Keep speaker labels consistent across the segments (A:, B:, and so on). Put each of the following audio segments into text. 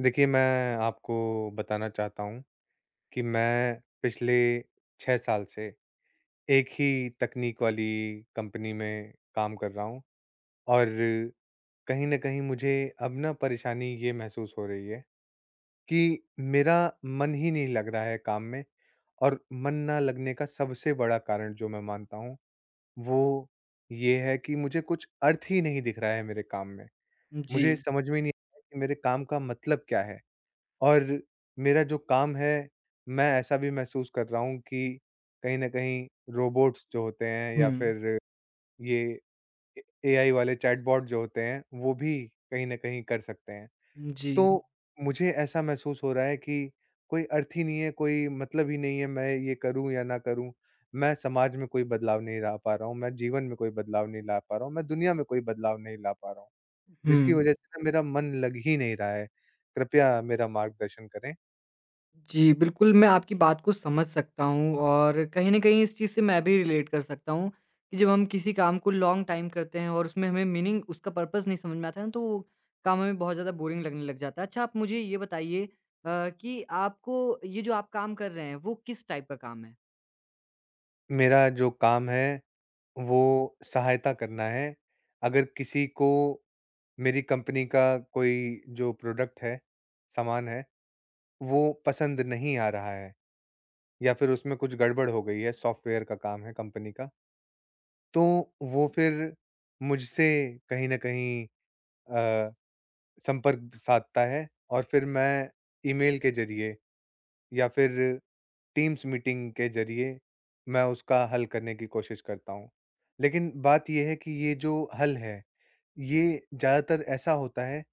A: देखिए, मैं आपको बताना चाहता हूँ कि मैं पिछले 6 साल से एक ही तकनीक वाली कंपनी में काम कर रहा हूँ और कहीं न कहीं मुझे अब ना परेशानी ये महसूस हो रही है कि मेरा मन ही नहीं लग रहा है काम में। और मन ना लगने का सबसे बड़ा कारण जो मैं मानता हूँ, वो ये है कि मुझे कुछ अर्थ ही नहीं दिख रहा है मेरे काम में।
B: जी।
A: मुझे समझ में नहीं आ रहा है कि मेरे काम का मतलब क्या है? और मेरा जो काम है, मैं ऐसा भी महसूस कर रहा हूँ कि कहीं न कहीं रोबोट्स जो होते हैं
B: हुँ।
A: या फिर ये ए एआई वाले चैटबॉट जो होते हैं, वो भी कहीं न कहीं कर सकते हैं। हुँ।
B: जी।
A: तो मुझे ऐसा महसूस हो रहा है कि कोई अर्थ ही नहीं है, कोई मतलब ही नहीं है, मैं ये करूँ या ना करूँ। मैं समाज में कोई बदलाव नहीं ला पा रहा हूँ, मैं जीवन में कोई बदलाव नहीं ला पा रहा हूँ, मैं दुनिया में कोई बदलाव नहीं ला पा रहा हूँ, जिसकी
B: हुँ।
A: वजह से ना मेरा मन लग ही नहीं रहा है। कृपया मेरा मार्गदर्शन करें।
B: जी, बिल्कुल मैं आपकी बात को समझ सकता हूँ और कहीं न कहीं इस चीज़ से मैं भी रिलेट कर सकता हूँ कि जब हम किसी काम को लॉन्ग टाइम करते हैं और उसमें हमें मीनिंग उसका पर्पस नहीं समझ में आता है ना, तो वो काम हमें बहुत ज़्यादा बोरिंग लगने लग जाता है। अच्छा आप मुझे ये बताइए कि आपको ये जो आप काम कर रहे हैं, वो किस टाइप का काम है?
A: मेरा जो काम है, वो सहायता करना है। अगर किसी को मेरी कंपनी का कोई जो प्रोडक्ट है, सामान है, वो पसंद नहीं आ रहा है या फिर उसमें कुछ गड़बड़ हो गई है, सॉफ्टवेयर का काम है कंपनी का, तो वो फिर मुझसे कहीं न कहीं अ, संपर्क साधता है और फिर मैं ईमेल के ज़रिए या फिर टीम्स मीटिंग के ज़रिए मैं उसका हल करने की कोशिश करता हूँ। लेकिन बात ये है कि ये जो हल है, ये ज़्यादातर ऐसा होता है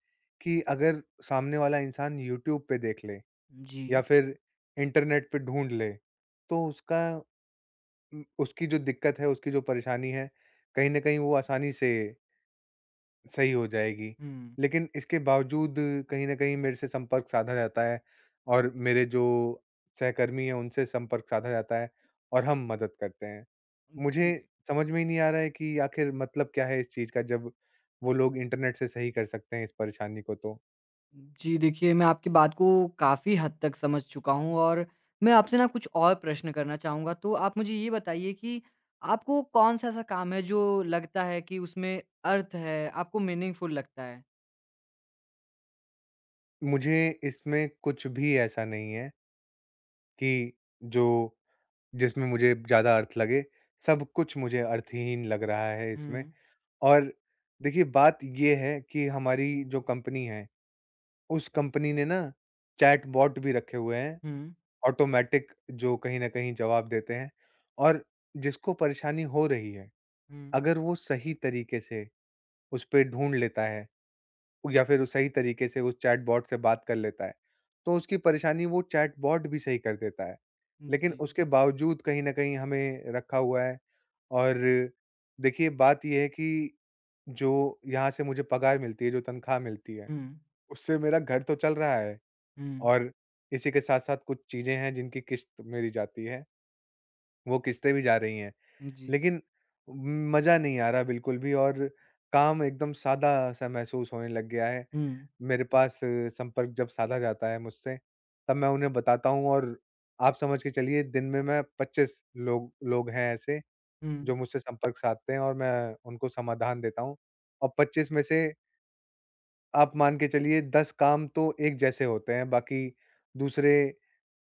A: कि अगर सामने वाला इंसान यूट्यूब पे देख ले
B: जी।
A: या फिर इंटरनेट पे ढूँढ ले, तो उसकी जो दिक्कत है, उसकी जो परेशानी है, कहीं न कहीं वो आसानी से सही हो जाएगी।
B: हुँ।
A: लेकिन इसके बावजूद कहीं न कहीं मेरे से संपर्क साधा जाता है और मेरे जो सहकर्मी हैं, उनसे संपर्क साधा जाता है और हम मदद करते हैं। मुझे
B: जी।
A: समझ में ही नहीं आ रहा है कि आखिर मतलब क्या है इस चीज़ का, जब वो लोग इंटरनेट से सही कर सकते हैं इस परेशानी को तो।
B: जी, देखिए मैं आपकी बात को काफ़ी हद तक समझ चुका हूँ और मैं आपसे ना कुछ और प्रश्न करना चाहूँगा। तो आप मुझे ये बताइए कि आपको कौन-सा ऐसा काम है जो लगता है कि उसमें अर्थ है, आपको मीनिंगफुल लगता है?
A: मुझे इसमें कुछ भी ऐसा नहीं है कि जो जिसमें मुझे ज़्यादा अर्थ लगे, सब कुछ मुझे अर्थहीन लग रहा है इसमें।
B: हुँ,
A: और देखिए बात ये है कि हमारी जो कंपनी है, उस कंपनी ने ना चैटबॉट भी रखे हुए हैं,
B: हुँ,
A: ऑटोमैटिक जो कहीं न कहीं जवाब देते हैं, और जिसको परेशानी हो रही है,
B: हुँ,
A: अगर वो सही तरीके से उस पे ढूँढ लेता है या फिर वो सही तरीके से उस चैटबॉट से बात कर लेता है, तो उसकी परेशानी वो चैटबॉट भी सही कर देता है।
B: हुँ,
A: लेकिन
B: जी।
A: उसके बावजूद कहीं न कहीं हमें रखा हुआ है। और देखिए बात ये है कि जो यहाँ से मुझे पगार मिलती है, जो तनख्वाह मिलती है,
B: हुँ,
A: उससे मेरा घर तो चल रहा है।
B: हुँ,
A: और इसी के साथ-साथ कुछ चीज़ें हैं जिनकी किस्त मेरी जाती है, वो किस्तें भी जा रही हैं।
B: जी।
A: लेकिन मज़ा नहीं आ रहा बिल्कुल भी, और काम एकदम सादा-सा महसूस होने लग गया है।
B: हुँ,
A: मेरे पास संपर्क जब साधा जाता है मुझसे, तब मैं उन्हें बताता हूँ। और आप समझ के चलिए, दिन में मैं 25 लोग लोग हैं ऐसे
B: हुँ,
A: जो मुझसे संपर्क साधते हैं और मैं उनको समाधान देता हूँ। और 25 में से आप मान के चलिए 10 काम तो एक जैसे होते हैं, बाकी दूसरे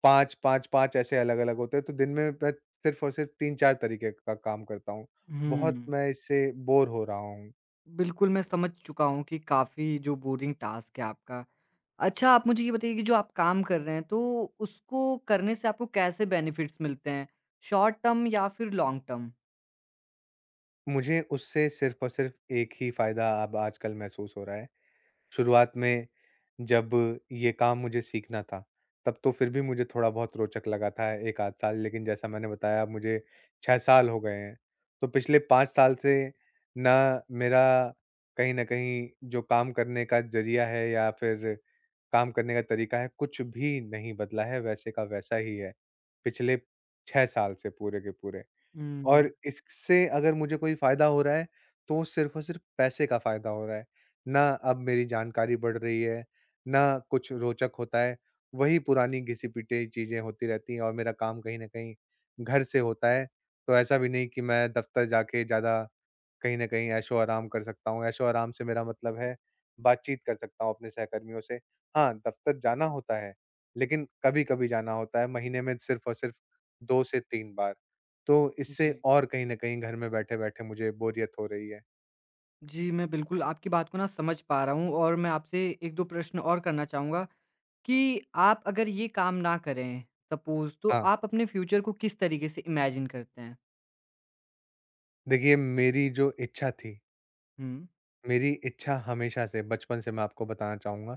A: 5, 5, 5 ऐसे अलग-अलग होते हैं, तो दिन में मैं सिर्फ़ और सिर्फ़ 3-4 तरीके का काम करता हूँ। बहुत
B: हुँ।
A: मैं इससे बोर हो रहा हूँ।
B: बिल्कुल, मैं समझ चुका हूँ कि काफ़ी जो बोरिंग टास्क है आपका। अच्छा आप मुझे ये बताइए कि जो आप काम कर रहे हैं, तो उसको करने से आपको कैसे बेनिफिट्स मिलते हैं? शॉर्ट टर्म या फिर लॉन्ग टर्म?
A: मुझे उससे सिर्फ़ और सिर्फ़ एक ही फ़ायदा अब आजकल महसूस हो रहा है। शुरुआत में जब ये काम मुझे सीखना था, तब तो फिर भी मुझे थोड़ा बहुत रोचक लगा था 1 आध साल, लेकिन जैसा मैंने बताया, अब मुझे 6 साल हो गए हैं। तो पिछले 5 साल से ना मेरा कहीं न कहीं जो काम करने का ज़रिया है या फिर काम करने का तरीका है, कुछ भी नहीं बदला है, वैसे का वैसा ही है, पिछले 6 साल से पूरे के पूरे। और
B: हुँ,
A: इससे अगर मुझे कोई फ़ायदा हो रहा है, तो वो सिर्फ़ और सिर्फ़ पैसे का फ़ायदा हो रहा है, ना अब मेरी जानकारी बढ़ रही है, ना कुछ रोचक होता है, वही पुरानी घिसी-पिटी चीज़ें होती रहती हैं और मेरा काम कहीं न कहीं घर से होता है, तो ऐसा भी नहीं कि मैं दफ़्तर जाके ज़्यादा कहीं न कहीं ऐशो-आराम कर सकता हूँ। ऐशो-आराम से मेरा मतलब है, बातचीत कर सकता हूँ अपने सहकर्मियों से। हाँ, दफ़्तर जाना होता है, लेकिन कभी-कभी जाना होता है, महीने में सिर्फ़ और सिर्फ़ 2 से 3 बार। तो इससे
B: जी।
A: और कहीं न कहीं घर में बैठे-बैठे मुझे बोरियत हो रही है।
B: जी, मैं बिल्कुल आपकी बात को ना समझ पा रहा हूँ और मैं आपसे 1-2 प्रश्न और करना चाहूँगा कि आप अगर ये काम ना करें सपोज़ तो
A: हाँ,
B: आप अपने फ्यूचर को किस तरीके से इमेजिन करते हैं?
A: देखिए, मेरी जो इच्छा थी,
B: हुँ।
A: मेरी इच्छा हमेशा से बचपन से, मैं आपको बताना चाहूँगा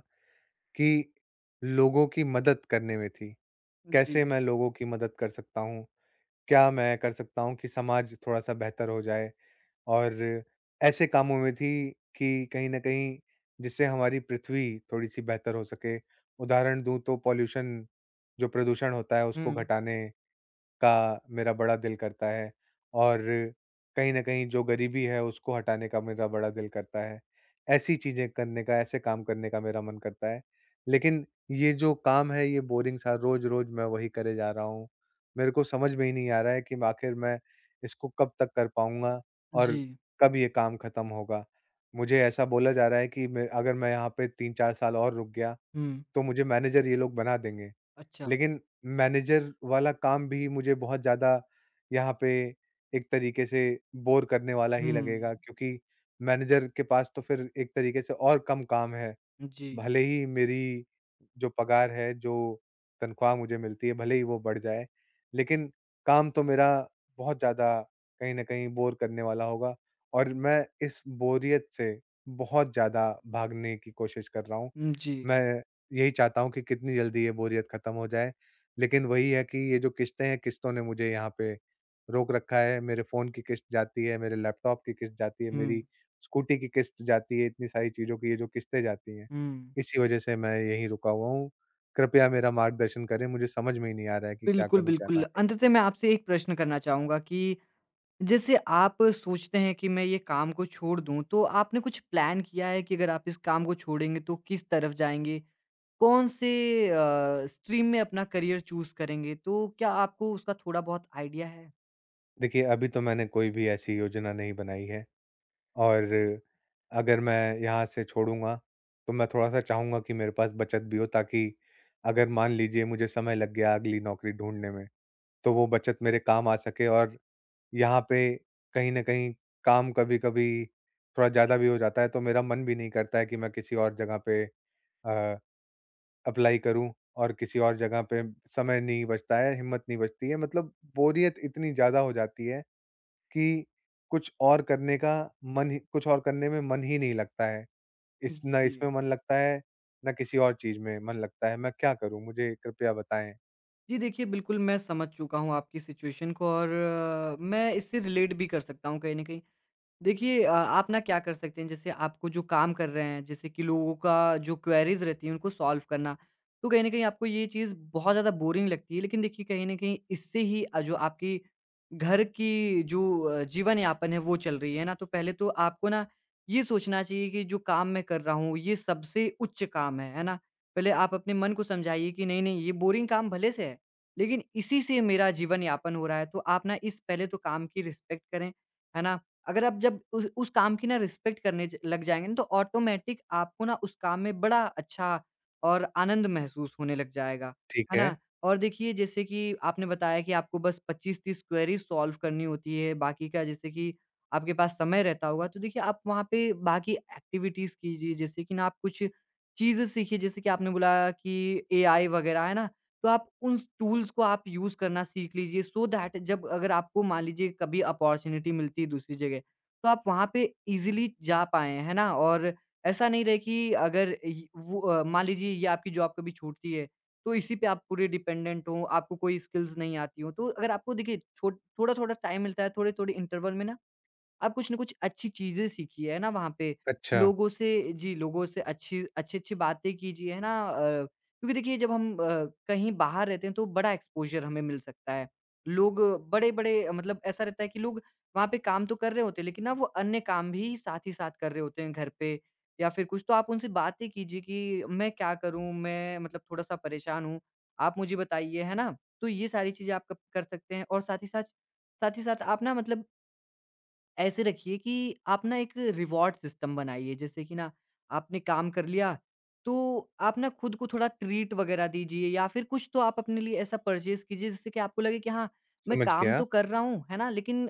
A: कि लोगों की मदद करने में थी।
B: जी।
A: कैसे मैं लोगों की मदद कर सकता हूँ? क्या मैं कर सकता हूँ कि समाज थोड़ा-सा बेहतर हो जाए? और ऐसे कामों में थी कि कहीं न कहीं जिससे हमारी पृथ्वी थोड़ी-सी बेहतर हो सके। उदाहरण दूँ तो पॉल्यूशन, जो प्रदूषण होता है, उसको
B: हुँ,
A: घटाने का मेरा बड़ा दिल करता है, और कहीं न कहीं जो गरीबी है, उसको हटाने का मेरा बड़ा दिल करता है। ऐसी चीज़ें करने का, ऐसे काम करने का मेरा मन करता है। लेकिन ये जो काम है, ये बोरिंग सा रोज़-रोज़ मैं वही करे जा रहा हूँ। मेरे को समझ में ही नहीं आ रहा है कि आखिर मैं इसको कब तक कर पाऊँगा
B: जी।
A: और कब ये काम खत्म होगा। मुझे ऐसा बोला जा रहा है कि मैं अगर मैं यहाँ पे 3-4 साल और रुक गया,
B: हुँ,
A: तो मुझे मैनेजर ये लोग बना देंगे।
B: अच्छा।
A: लेकिन मैनेजर वाला काम भी मुझे बहुत ज़्यादा यहाँ पे एक तरीके से बोर करने वाला
B: हुँ,
A: ही लगेगा, क्योंकि मैनेजर के पास तो फिर एक तरीके से और कम काम है।
B: जी।
A: भले ही मेरी जो पगार है, जो तनख्वाह मुझे मिलती है, भले ही वो बढ़ जाए, लेकिन काम तो मेरा बहुत ज़्यादा कहीं न कहीं बोर करने वाला होगा, और मैं इस बोरियत से बहुत ज़्यादा भागने की कोशिश कर रहा हूँ।
B: हुँ, जी।
A: मैं यही चाहता हूँ कि कितनी जल्दी ये बोरियत खत्म हो जाए, लेकिन वही है कि ये जो किस्तें हैं, किस्तों ने मुझे यहाँ पे रोक रखा है। मेरे फ़ोन की किस्त जाती है, मेरे लैपटॉप की किस्त जाती है,
B: हुँ,
A: मेरी स्कूटी की किस्त जाती है, इतनी सारी चीज़ों की ये जो किस्तें जाती हैं।
B: हुँ।
A: इसी वजह से मैं यहीं रुका हुआ हूँ। कृपया मेरा मार्गदर्शन करें, मुझे समझ में ही नहीं आ रहा है कि क्या
B: बिल्कुल,
A: करूँ, क्या ना
B: बिल्कुल।
A: करूँ?
B: अंततः मैं आपसे एक प्रश्न करना चाहूँगा कि जैसे आप सोचते हैं कि मैं ये काम को छोड़ दूँ, तो आपने कुछ प्लान किया है कि अगर आप इस काम को छोड़ेंगे तो किस तरफ जाएँगे? कौन-से स्ट्रीम में अपना करियर चूज़ करेंगे? तो क्या आपको उसका थोड़ा-बहुत आइडिया है?
A: देखिए, अभी तो मैंने कोई भी ऐसी योजना नहीं बनाई है, और अगर मैं यहाँ से छोड़ूँगा, तो मैं थोड़ा-सा चाहूँगा कि मेरे पास बचत भी हो, ताकि अगर मान लीजिए मुझे समय लग गया अगली नौकरी ढूँढने में, तो वो बचत मेरे काम आ सके। और यहाँ पे कहीं न कहीं काम कभी-कभी थोड़ा ज़्यादा भी हो जाता है, तो मेरा मन भी नहीं करता है कि मैं किसी और जगह पे अ अप्लाई करूँ, और किसी और जगह पे समय नहीं बचता है, हिम्मत नहीं बचती है। मतलब बोरियत इतनी ज़्यादा हो जाती है कि कुछ और करने का कुछ और करने में मन ही नहीं लगता है। इस ना
B: जी।
A: इसमें मन लगता है, ना किसी और चीज़ में मन लगता है। मैं क्या करूँ? मुझे कृपया बताएँ।
B: जी, देखिए बिल्कुल मैं समझ चुका हूँ आपकी सिचुएशन को और मैं इससे रिलेट भी कर सकता हूँ कहीं न कहीं। देखिए आप ना क्या कर सकते हैं, जैसे आपको जो काम कर रहे हैं जैसे कि लोगों का जो क्वेरीज रहती हैं उनको सॉल्व करना, तो कहीं ना कहीं आपको ये चीज़ बहुत ज़्यादा बोरिंग लगती है, लेकिन देखिए कहीं ना कहीं इससे ही जो आपकी घर की जो जीवन यापन है वो चल रही है ना। तो पहले तो आपको ना ये सोचना चाहिए कि जो काम मैं कर रहा हूँ ये सबसे उच्च काम है ना। पहले आप अपने मन को समझाइए कि नहीं नहीं ये बोरिंग काम भले से है, लेकिन इसी से मेरा जीवन यापन हो रहा है। तो आप ना इस पहले तो काम की रिस्पेक्ट करें, है ना? अगर आप जब उस काम की ना रिस्पेक्ट करने ज लग जाएँगे ना, तो ऑटोमैटिक आपको ना उस काम में बड़ा अच्छा और आनंद महसूस होने लग जाएगा।
A: ठीक
B: है
A: है।
B: ना? और देखिए जैसे कि आपने बताया कि आपको बस 25-30 क्वेरीज़ सॉल्व करनी होती है, बाकी का जैसे कि आपके पास समय रहता होगा, तो देखिए आप वहाँ पे बाकी एक्टिविटीज़ कीजिए, जैसे कि ना आप कुछ चीज़ें सीखिए, जैसे कि आपने बोला कि एआई वगैरह, है ना? तो आप उन टूल्स को आप यूज़ करना सीख लीजिए, सो दैट जब अगर आपको मान लीजिए कभी अपॉर्च्युनिटी मिलती है दूसरी जगह, तो आप वहाँ पे ईज़िली जा पाएँ, है ना? और ऐसा नहीं रहे कि अगर इ वो मान लीजिए ये आपकी जॉब कभी छूटती है, तो इसी पे आप पूरे डिपेंडेंट हों, आपको कोई स्किल्स नहीं आती हों। तो अगर आपको देखिए छो थोड़ा-थोड़ा टाइम मिलता है, थोड़े-थोड़े इंटरवल में ना आप कुछ न कुछ अच्छी चीज़ें सीखिए, है ना वहाँ पे।
A: अच्छा,
B: लोगों से जी, लोगों से अच्छी-अच्छी बातें कीजिए, है ना? क्योंकि देखिए जब हम कहीं बाहर रहते हैं तो बड़ा एक्सपोज़र हमें मिल सकता है। लोग बड़े-बड़े, मतलब ऐसा रहता है कि लोग वहाँ पे काम तो कर रहे होते हैं, लेकिन ना वो अन्य काम भी साथ ही साथ कर रहे होते हैं घर पे या फिर कुछ। तो आप उनसे बातें कीजिए कि मैं क्या करूँ? मैं मतलब थोड़ा-सा परेशान हूँ, आप मुझे बताइए, है ना? तो ये सारी चीज़ें आप कब कर सकते हैं, और साथ ही साथ आप ना मतलब ऐसे रखिए कि आप ना एक रिवॉर्ड सिस्टम बनाइए, जैसे कि ना आपने काम कर लिया, तो आप ना खुद को थोड़ा ट्रीट वगैरह दीजिए या फिर कुछ, तो आप अपने लिए ऐसा परचेज कीजिए जिससे कि आपको लगे कि हाँ, मैं
A: समझ
B: काम
A: गया।
B: तो कर रहा हूँ है ना, लेकिन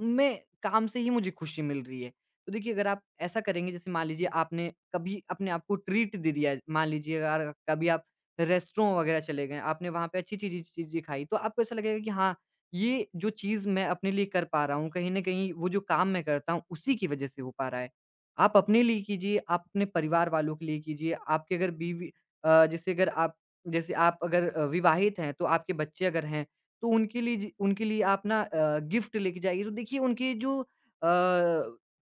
B: मैं काम से ही मुझे खुशी मिल रही है। तो देखिए अगर आप ऐसा करेंगे, जैसे मान लीजिए आपने कभी अपने आप को ट्रीट दे दिया, मान लीजिए अगर कभी आप रेस्टोरेंट वगैरह चले गए, आपने वहां पे अच्छी चीजें खाई, तो आपको ऐसा लगेगा कि हाँ ये जो चीज़ मैं अपने लिए कर पा रहा हूँ, कहीं न कहीं वो जो काम मैं करता हूँ, उसी की वज़ह से हो पा रहा है। आप अपने लिए कीजिए, आप अपने परिवार वालों के लिए कीजिए, आपके अगर बीवी अ, जैसे अगर आप जैसे आप अगर विवाहित हैं, तो आपके बच्चे अगर हैं, तो उनके लिए आप ना गिफ्ट लेके जाइए। तो देखिए उनके जो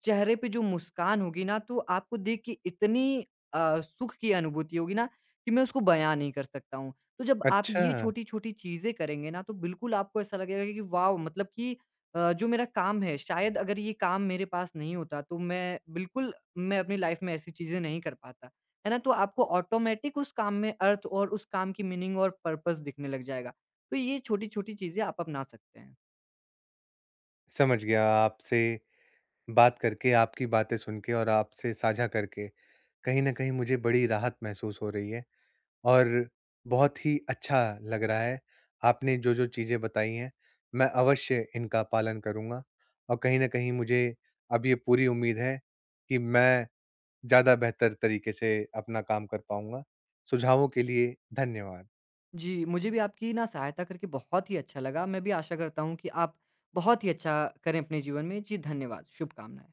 B: चेहरे पे जो मुस्कान होगी ना, तो आपको देख के इतनी सुख की अनुभूति होगी ना, कि मैं उसको बयाँ नहीं कर सकता हूँ। तो जब आप
A: अच्छा।
B: ये छोटी-छोटी चीज़ें करेंगे ना, तो बिल्कुल आपको ऐसा लगेगा कि वॉव! मतलब कि जो मेरा काम है, शायद अगर ये काम मेरे पास नहीं होता, तो मैं बिल्कुल मैं अपनी लाइफ़ में ऐसी चीज़ें नहीं कर पाता। है ना? तो आपको ऑटोमैटिक उस काम में अर्थ और उस काम की मीनिंग और पर्पस दिखने लग जाएगा। तो ये छोटी-छोटी चीज़ें आप अपना सकते हैं।
A: समझ गया। आपसे बात करके, आपकी बातें सुन के और आपसे साझा करके कहीं न कहीं मुझे बड़ी राहत महसूस हो रही है। और बहुत ही अच्छा लग रहा है। आपने जो-जो चीज़ें बताई हैं, मैं अवश्य इनका पालन करूँगा, और कहीं न कहीं मुझे अब ये पूरी उम्मीद है कि मैं ज़्यादा बेहतर तरीके से अपना काम कर पाऊँगा। सुझावों के लिए धन्यवाद।
B: जी, मुझे भी आपकी ना सहायता करके बहुत ही अच्छा लगा। मैं भी आशा करता हूँ कि आप बहुत ही अच्छा करें अपने जीवन में। जी, धन्यवाद। शुभकामनाएँ।